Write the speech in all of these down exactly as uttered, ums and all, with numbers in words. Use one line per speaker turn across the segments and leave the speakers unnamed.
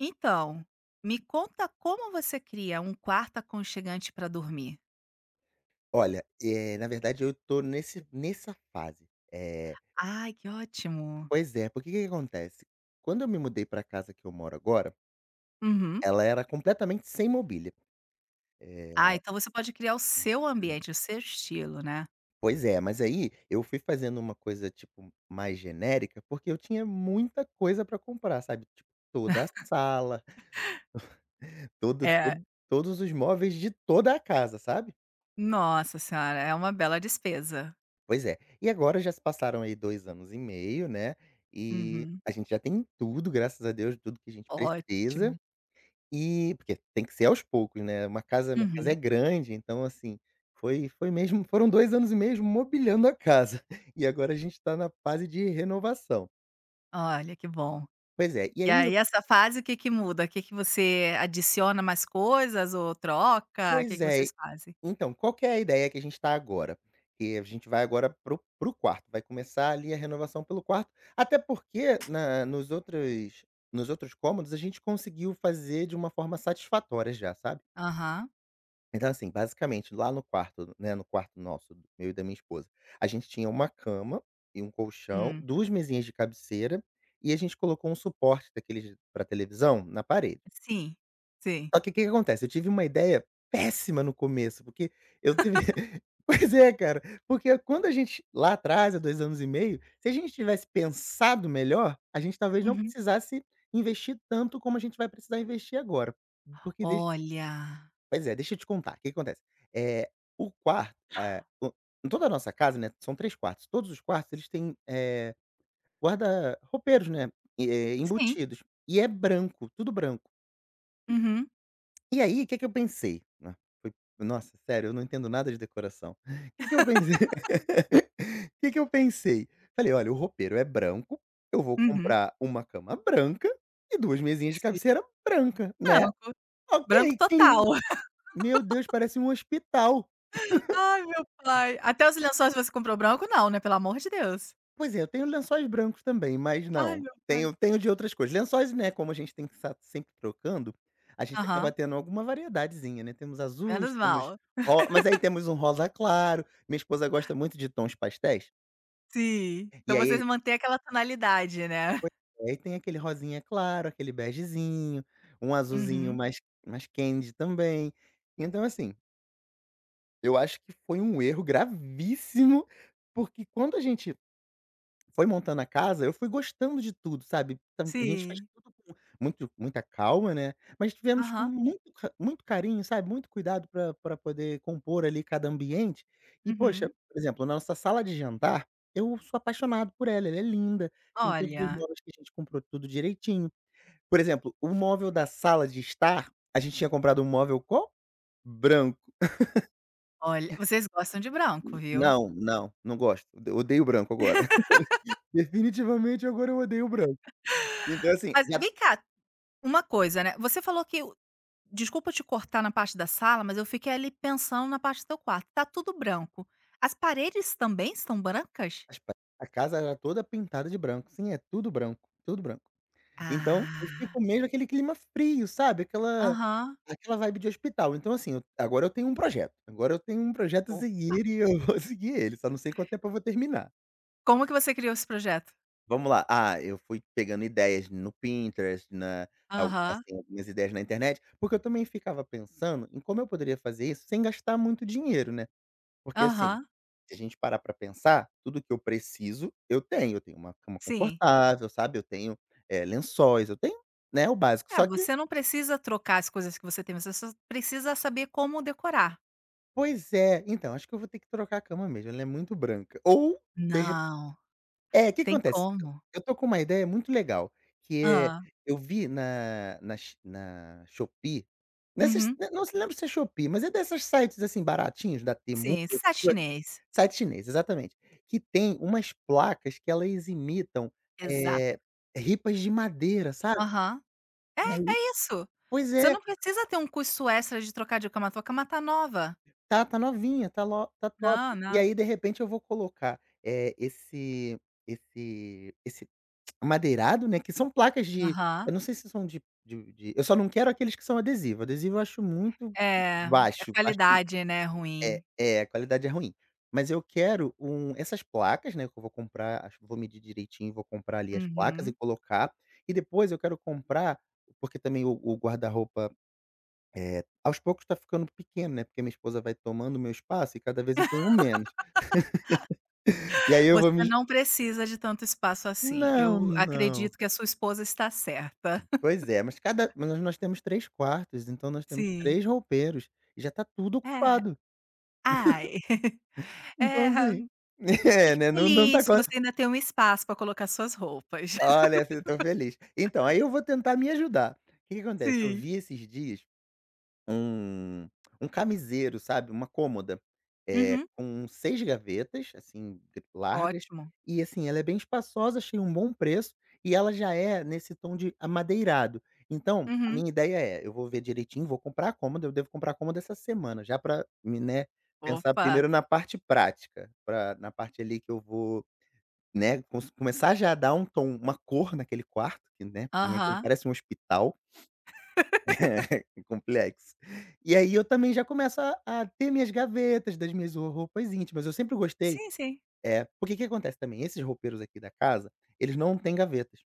Então, me conta como você cria um quarto aconchegante para dormir.
Olha, eh, na verdade eu tô nesse nessa fase. Eh,
Ai, que ótimo.
pois é, porque o que que acontece? Quando eu me mudei pra casa que eu moro agora,
Uhum.
ela era completamente sem mobília.
Ah,
Eh
então você pode criar o seu ambiente, o seu estilo, né.
Pois é, mas aí eu fui fazendo uma coisa, tipo, mais genérica, porque eu tinha muita coisa pra comprar, sabe, tipo, toda a sala, todo
É.
todo todos os móveis de toda a casa, sabe?
Nossa senhora, é uma bela despesa.
Pois é. E agora já se passaram aí dois anos e meio, né, e
Uhum.
a gente já tem tudo, graças a Deus, tudo que a gente precisa,
Ótimo.
e porque tem que ser aos poucos, né, uma casa minha casa é
Uhum.
grande, então assim, foi foi mesmo foram dois anos e meio mobiliando a casa, e agora a gente está na fase de renovação.
Olha, que bom.
Pois é, e
E
aí.
aí essa fase o que que muda? O que que você adiciona mais coisas ou troca? O que
Pois
que
é.
vocês fazem?
Então, qual que é a ideia que a gente está agora? Que a gente vai agora pro pro quarto, vai começar ali a renovação pelo quarto, até porque na nos outros nos outros cômodos a gente conseguiu fazer de uma forma satisfatória já, sabe.
Aham.
Então assim, basicamente lá no quarto, né, no quarto nosso, do meu e da minha esposa, a gente tinha uma cama e um colchão,
Hum.
duas mesinhas de cabeceira, e a gente colocou um suporte daqueles para televisão na parede.
Sim, sim.
Só que o que que acontece, eu tive uma ideia péssima no começo, porque eu tive pois é, cara, porque quando a gente lá atrás, há dois anos e meio, se a gente tivesse pensado melhor, a gente talvez não
Uhum.
precisasse investir tanto como a gente vai precisar investir agora. Porque deixa
Olha.
Pois é, deixa eu te contar. O que que acontece, eh, o quarto, eh, o em toda a nossa casa, né, são três quartos, todos os quartos eles têm, eh, guarda roupeiros, né, eh,
Sim.
embutidos, e é branco, tudo branco.
Uhum.
E aí, o que que eu pensei, né, foi nossa, sério, eu não entendo nada de decoração. O Que que eu pensei O que que eu pensei? Falei: "Olha, o roupeiro é branco, eu vou
Uhum.
comprar uma cama branca e duas mesinhas de
Sim.
cabeceira branca, né,
Branco, branco
ok,
total.
clean". Meu Deus, parece um hospital.
Ai, meu pai. Até os lençóis você comprou branco? Não, né, pelo amor de Deus.
Pois é, eu tenho lençóis brancos também, mas
Ai,
não,
meu pai.
tenho tenho de outras coisas lençóis, né, como a gente tem que estar sempre trocando, a gente acaba
Aham,
tendo alguma variedadezinha, né, temos azuis,
menos
temos
mal.
ro mas aí temos um rosa claro, minha esposa gosta muito de tons pastéis,
Sim. Então
e
vocês
aí
mantêm aquela tonalidade, né.
pois é, aí tem aquele rosinha claro, aquele begezinho, um azulzinho
Uhum.
mais mais candy também. Então assim, eu acho que foi um erro gravíssimo, porque quando a gente foi montando a casa, eu fui gostando de tudo, sabe. Tam A gente fez
Sim.
tudo com muito muita calma, né, mas tivemos com
Aham.
muito ca muito carinho, sabe, muito cuidado para pra poder compor ali cada ambiente. E poxa,
Uhum.
por exemplo, na nossa sala de jantar, eu sou apaixonado por ela, ela é linda, tem todos os
Olha,
móveis que a gente comprou tudo direitinho. Por exemplo, o móvel da sala de estar, a gente tinha comprado um móvel qual? Branco.
olha, vocês gostam de branco, viu.
Não, não, não gosto, ode odeio branco agora. Definitivamente agora eu odeio branco. Então assim,
Mas
já.
vem cá, uma coisa, né, você falou que o desculpa te cortar na parte da sala, mas eu fiquei ali pensando na parte do teu quarto, tá tudo branco. As paredes também estão brancas?
As pa A casa era toda pintada de branco. Sim, é tudo branco, tudo branco. Então, eu
Ah,
fico mesmo aquele clima frio, sabe, aquela
aham.
aquela vibe de hospital. Então, assim, eu agora eu tenho um projeto, agora eu tenho um projeto a
Co
seguir e eu vou seguir ele, só não sei quanto tempo eu vou terminar.
Como que você criou esse projeto?
Vamos lá, ah, eu fui pegando ideias no Pinterest, na al
Aham,
assim, algumas ideias na internet, porque eu também ficava pensando em como eu poderia fazer isso sem gastar muito dinheiro, né. Porque assim,
aham,
se a gente parar pra pensar, tudo que eu preciso, eu tenho. Eu tenho uma cama
sim.
confortável, sabe, eu tenho, eh, lençóis, eu tenho, né, o básico.
É,
Só que
você não precisa trocar as coisas que você tem, você só precisa saber como decorar.
Pois é, então, acho que eu vou ter que trocar a cama mesmo, ela é muito branca. Ou, de
Não,
É, o que que
tem
acontece?
como.
Eu tô com uma ideia muito legal, que é
Ah.
eu vi na na X na Shopee, nessas
Uhum.
né, não se lembro se é Shopee, mas é dessas sites, assim, baratinhos, da Temu,
Sim,
essas coisas.
Sashinês.
Site chinês, exatamente. Que tem umas placas que elas imitam,
Exato.
eh, ripas de madeira, sabe.
Aham. É,
E aí
é isso.
pois é,
Você não precisa ter um custo extra de trocar de cama, tua cama tá nova.
tá tá novinha, tá lo tá top.
Não,
E
não.
aí, de repente, eu vou colocar, eh, esse esse esse madeirado, né, que são placas de
Aham.
eu não sei se são de de de eu só não quero aqueles que são adesivo, adesivo eu acho muito
É, a
baixo, acho
qualidade, né, ruim.
é é, a qualidade é ruim. Mas eu quero um essas placas, né, que eu vou comprar, acho que vou medir direitinho, vou comprar ali as placas e
Uhum.
colocar, e depois eu quero comprar porque também o o guarda-roupa, é, aos poucos tá ficando pequeno, né, porque minha esposa vai tomando o meu espaço e cada vez eu tenho menos. E aí eu vou
Você
me
não precisa de tanto espaço assim.
Não,
Eu
não.
acredito que a sua esposa está certa.
Pois é, mas cada mas nós nós temos três quartos, então nós temos
Sim.
três roupeiros, e já tá tudo
É.
ocupado.
Ai.
Então
É, ah,
assim. É,
fique
né, não não tá
feliz,
co
você ainda tem um espaço para colocar suas roupas.
Olha, assim, eu tô feliz. Então, aí eu vou tentar me ajudar. O que que acontece, eu
Sim.
vi esses dias um um camiseiro, sabe, uma cômoda, é
Uhum.
com seis gavetas, assim, gr largas,
Ótimo.
e assim, ela é bem espaçosa, achei um bom preço, e ela já é nesse tom de amadeirado. Então, a
Uhum.
minha ideia é, eu vou ver direitinho, vou comprar a cômoda, eu devo comprar a cômoda essa semana, já para me né, pensar
Opa.
primeiro na parte prática, pra na parte ali que eu vou, né, cons começar já a dar um tom, uma cor naquele quarto, que, né, pra mim aquilo
Aham.
parece um hospital. É complexo. E aí eu também já começo a a ter minhas gavetas das minhas o roupas íntimas. Eu sempre gostei
Sim, sim.
É, porque o que acontece também, esses roupeiros aqui da casa, eles não têm gavetas.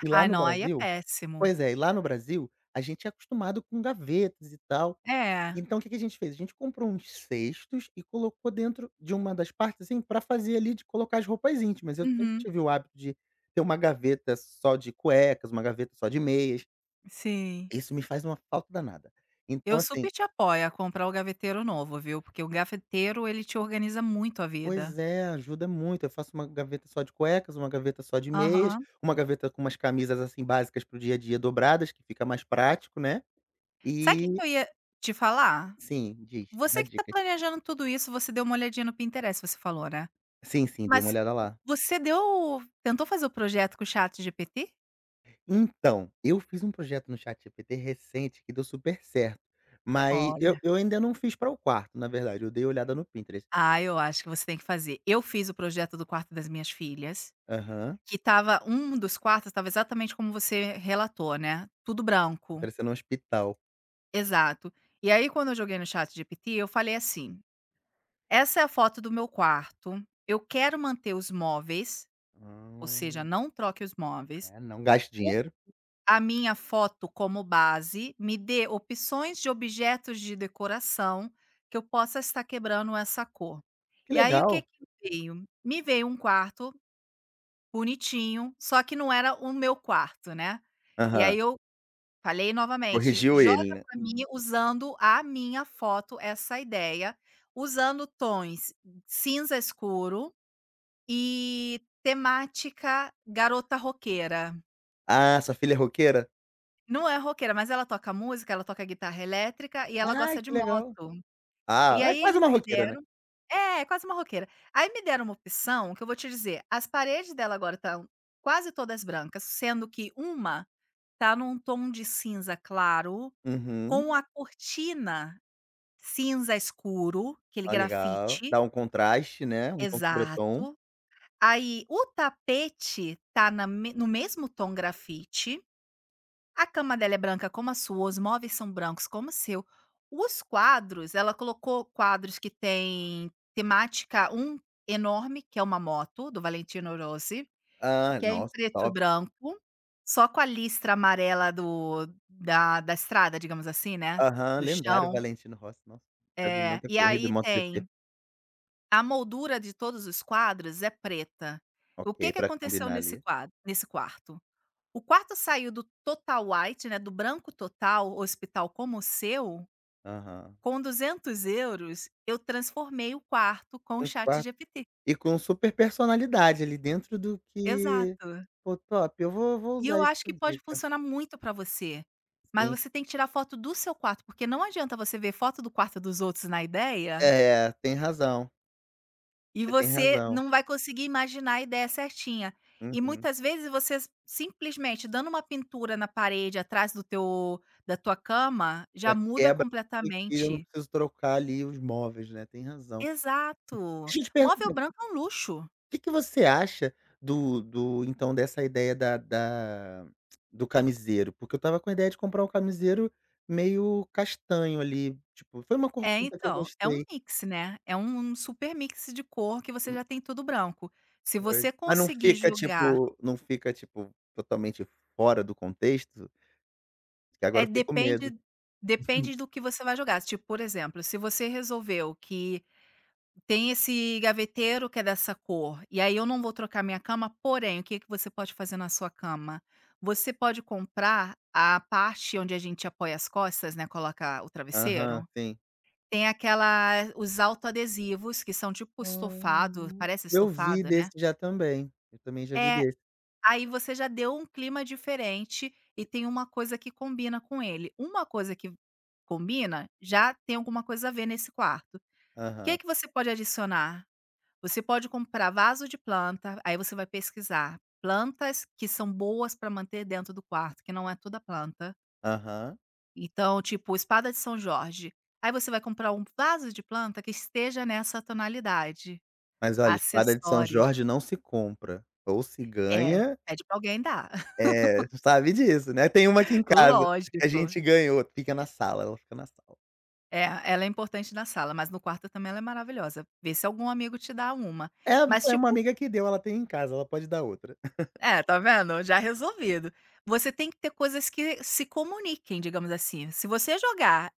E lá
Ah,
no
não, aí é
Brasil
péssimo.
Pois é, e lá no Brasil, a gente é acostumado com gavetas e tal.
É.
Então o que que a gente fez? A gente comprou uns cestos e colocou dentro de uma das partes, assim, pra fazer ali de colocar as roupas íntimas. Eu sempre
Uhum.
tive o hábito de ter uma gaveta só de cuecas, uma gaveta só de meias.
Sim.
Isso me faz uma falta danada. Então
Eu super
assim
te apoio a comprar o gaveteiro novo, viu, porque o gaveteiro ele te organiza muito a vida.
Pois é, ajuda muito. Eu faço uma gaveta só de cuecas, uma gaveta só de meias,
Aham.
uma gaveta com umas camisas, assim, básicas para o dia a dia dobradas, que fica mais prático, né.
Sabe o que que
E
eu ia te falar?
sim, diz, dá
Você que tá
dicas.
planejando tudo isso, você deu uma olhadinha no Pinterest, você falou, né.
Sim, sim, dei uma
Mas
olhada lá.
você deu tentou fazer o projeto com o chat ChatGPT?
Então, eu fiz um projeto no ChatGPT recente que deu super certo, mas
Olha,
eu eu ainda não fiz para o quarto, na verdade, eu dei olhada no Pinterest.
ah, eu acho que você tem que fazer. Eu fiz o projeto do quarto das minhas filhas,
Aham,
que estava um dos quartos estava exatamente como você relatou, né, tudo branco.
parecendo um hospital.
Exato. E aí quando eu joguei no chat ChatGPT, eu falei assim: "Essa é a foto do meu quarto, eu quero manter os móveis, ou seja,
Ah,
não troque os móveis.
é, não gaste dinheiro.
A minha foto como base me dê opções de objetos de decoração que eu possa estar quebrando essa cor.
Que
E aí o que
legal.
que veio? Me veio um quarto bonitinho, só que não era o meu quarto, né. E
Aham,
aí eu falei novamente:
corrigiu ele,
"Joga
né.
para mim usando a minha foto essa ideia, usando tons cinza escuro e temática garota roqueira".
Ah, sua filha é roqueira?
Não é roqueira, mas ela toca música, ela toca guitarra elétrica e ela
Ai,
gosta de
que legal.
moto.
Ah,
E
é
aí
quase
eles
uma
me
roqueira, né.
deram é, quase uma roqueira. Aí me deram uma opção que eu vou te dizer, as paredes dela agora estão quase todas brancas, sendo que uma tá num tom de cinza claro,
Uhum.
com a cortina cinza escuro, aquele
Ah, legal.
grafite
Dá um contraste, né, um tom sobre tom.
exato. Aí o tapete tá na me no mesmo tom grafite. A cama dela é branca como a sua, os móveis são brancos como o seu. Os quadros, ela colocou quadros que tem temática um enorme, que é uma moto do Valentino Rossi,
Ah,
que é em
nossa,
preto e
top.
branco, só com a listra amarela do da da estrada, digamos assim, né,
Aham,
do
lendário
chão.
Valentino Rossi, nossa, já vi
É,
muita
e
corrida
aí
de MotoGP.
tem a moldura de todos os quadros é preta. O que
Ok,
que
pra
aconteceu
combinar
nesse
ali.
quadro nesse quarto? O quarto saiu do total white, né, do branco total, hospital como o seu,
Aham.
com duzentos euros eu transformei o quarto com o
Um
Chat
quarto
ChatGPT.
e com super personalidade ali dentro do que.
Exato.
Pô, top, eu vou vou
E
usar
eu acho
essa
que pode
dica.
funcionar muito para você, mas
Sim.
você tem que tirar foto do seu quarto, porque não adianta você ver foto do quarto dos outros na ideia,
É, tem razão,
e
você tem
você
razão.
não vai conseguir imaginar a ideia certinha. E
Uhum.
muitas vezes você s simplesmente dando uma pintura na parede atrás do teu da tua cama, já
Já
muda
quebra e eu não
completamente.
preciso trocar ali os móveis, né, tem razão.
Exato.
Deixa eu te
Móvel
perguntar.
branco é um luxo.
Que que você acha do do então dessa ideia da da do camiseiro? Porque eu estava com a ideia de comprar um camiseiro meio castanho ali, tipo, foi uma cor
É,
bonita que eu
então, é um
gostei.
mix, né, é um super mix de cor que você
Hum,
já tem tudo branco. Se
pois.
você
Mas não
conseguir
fica
jogar
tipo não fica, tipo, totalmente fora do contexto? Que
é,
agora eu fiquei com medo.
depende depende do que você vai jogar. Tipo, por exemplo, se você resolveu que tem esse gaveteiro que é dessa cor, e aí eu não vou trocar minha cama, porém, o que que você pode fazer na sua cama? Você pode comprar a parte onde a gente apoia as costas, né, coloca o
Aham,
travesseiro.
sim.
Tem aquela os autoadesivos que são tipo estofado,
Hum,
parece
eu vi
estofado,
desse
né.
já também, eu também já vi
É,
desse.
aí você já deu um clima diferente e tem uma coisa que combina com ele. Uma coisa que combina, já tem alguma coisa a ver nesse quarto. O
Aham,
que que você pode adicionar? Você pode comprar vaso de planta, aí você vai pesquisar plantas que são boas para manter dentro do quarto, que não é toda planta.
aham.
Então, tipo, espada de São Jorge. Aí você vai comprar um vaso de planta que esteja nessa tonalidade.
Mas olha, espada de São
Acessórios.
Jorge não se compra, ou se
É,
ganha.
pede pra alguém dar.
É, sabe disso, né. Tem uma aqui em casa que a
Lógico.
gente ganhou, fica na sala, ela fica na sala.
É, ela é importante na sala, mas no quarto também ela é maravilhosa. Vê se algum amigo te dá uma.
É,
Mas
foi uma
tipo
amiga que deu, ela tem em casa, ela pode dar outra.
é, tá vendo? Já resolvido. Você tem que ter coisas que se comuniquem, digamos assim. Se você jogar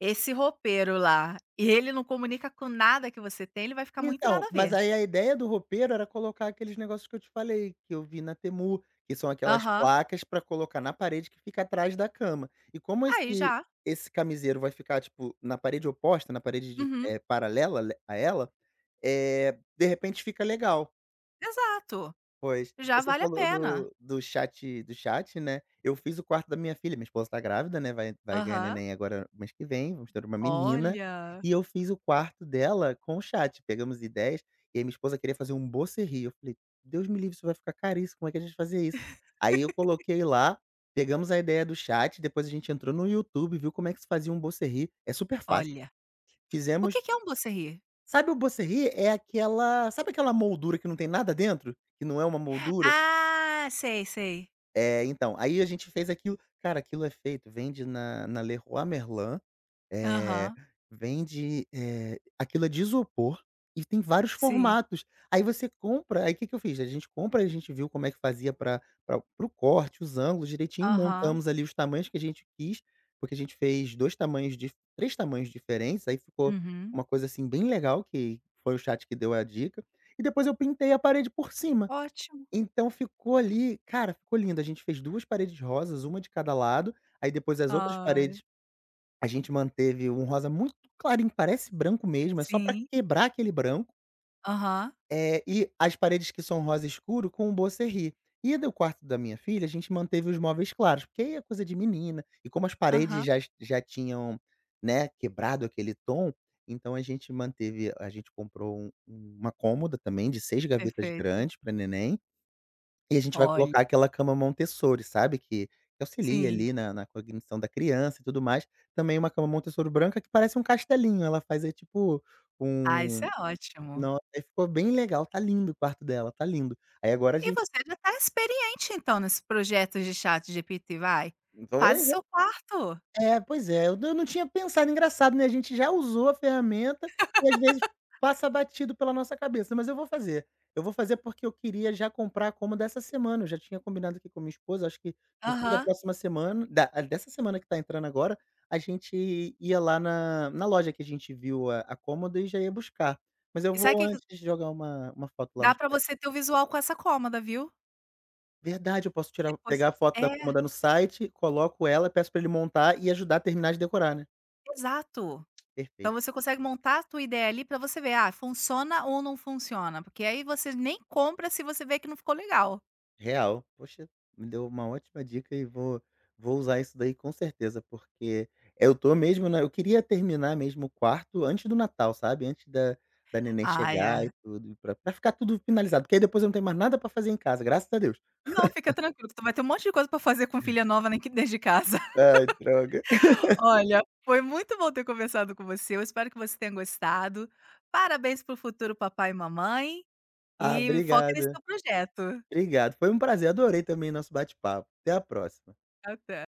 esse roupeiro lá e ele não comunica com nada que você tem, ele vai ficar muito
Então,
nada a
mas
ver.
aí a ideia do roupeiro era colocar aqueles negócios que eu te falei, que eu vi na Temu, que são aquelas
Aham.
placas pra colocar na parede que fica atrás da cama. E como
Aí
esse
já.
esse camiseiro vai ficar, tipo, na parede oposta, na parede de
Uhum.
eh, paralela le a ela, eh, de repente fica legal.
Exato,
Pois.
já
Você
vale a
falou
pena.
do do chat do chat, né, eu fiz o quarto da minha filha, minha esposa tá grávida, né, vai vai ganhar
Aham.
neném agora mês que vem, vamos ter uma menina,
Olha,
e eu fiz o quarto dela com o chat, pegamos ideias, e aí minha esposa queria fazer um Bolserrir, eu falei: "Deus me livre, isso vai ficar caríssimo, como é que a gente fazia isso?". Aí eu coloquei lá, pegamos a ideia do chat, depois a gente entrou no YouTube, viu como é que se fazia um Bolserrir, é super fácil.
Olha, o
Fizemos
que que é um Blueserry?
Sabe o Bolserrir? É aquela sabe aquela moldura que não tem nada dentro? Que não é uma moldura?
Ah, sei, sei.
É, então, aí a gente fez aquilo cara, aquilo é feito vende na na Leroy Merlin, eh,
Aham,
vende, eh, aquilo é de isopor e tem vários
sim,
formatos. Aí você compra Aí o que que eu fiz? A gente compra, a gente viu como é que fazia para o corte, os ângulos direitinho,
aham,
montamos ali os tamanhos que a gente quis, porque a gente fez dois tamanhos dif três tamanhos diferentes, aí ficou
uhum.
uma coisa, assim, bem legal que foi o chat que deu a dica, e depois eu pintei a parede por cima.
Ótimo.
Então ficou ali cara, ficou lindo. A gente fez duas paredes rosas, uma de cada lado, aí depois as outras
Ai.
paredes a gente manteve um rosa muito clarinho, parece branco mesmo, é só pra
Sim,
quebrar aquele branco,
aham,
eh, e as paredes que são rosa escuro com um Bocerri. E do quarto da minha filha, a gente manteve os móveis claros, porque aí é coisa de menina, e como as paredes
aham,
já já tinham, né, quebrado aquele tom, então a gente manteve a gente comprou um uma cômoda também de seis gavetas
perfeito.
grandes para neném e a gente vai
Olha,
colocar aquela cama Montessori, sabe, que que auxilia
sim.
ali na na cognição da criança e tudo mais. Também uma cama Montessori branca que parece um castelinho, ela faz, é tipo
Ah, isso é
um
ótimo.
nossa, aí ficou bem legal, tá lindo o quarto dela, tá lindo. Aí agora a
E você já tá experiente então nesses projetos de ChatGPT, vai, faz o
gente
seu quarto.
É, pois é, eu não eu não tinha pensado, engraçado, né, a gente já usou a ferramenta e às vezes passa batido pela nossa cabeça, mas eu vou fazer. Eu vou fazer porque eu queria já comprar a cômoda essa semana, eu já tinha combinado aqui com minha esposa, acho que no fim da
Aham.
próxima semana da a- dessa semana que tá entrando agora, a gente ia lá na na loja que a gente viu a a cômoda e já ia buscar. Mas eu
E sabe
vou
que que
antes jogar uma uma foto lá
dá
no
pra
chat.
você ter o visual com essa cômoda, viu?
Verdade, eu posso tirar
Depois
pegar a foto da
é.
cômoda no site, coloco ela, peço pra ele montar e ajudar a terminar de decorar, né.
Exato. Então
Perfeito.
você consegue montar a tua ideia ali pra você ver, ah, funciona ou não funciona, porque aí você nem compra se você vê que não ficou legal.
Real. Poxa, me deu uma ótima dica e vou vou usar isso daí com certeza, porque eu tô mesmo na eu queria terminar mesmo o quarto antes do Natal, sabe, antes da da neném
Ai,
chegar e
é.
tudo, pra pra ficar tudo finalizado, porque aí depois eu não tenho mais nada pra fazer em casa, graças a Deus.
Não, fica tranquilo que tu vai ter um monte de coisa pra fazer com filha nova nem que dentro de casa.
Ai, droga.
Olha, foi muito bom ter conversado com você, eu espero que você tenha gostado. Parabéns para o futuro papai e mamãe,
Ah,
e foca nesse
obrigado.
teu projeto.
Obrigado. Foi um prazer, adorei também nosso bate-papo. Até a próxima.
Até.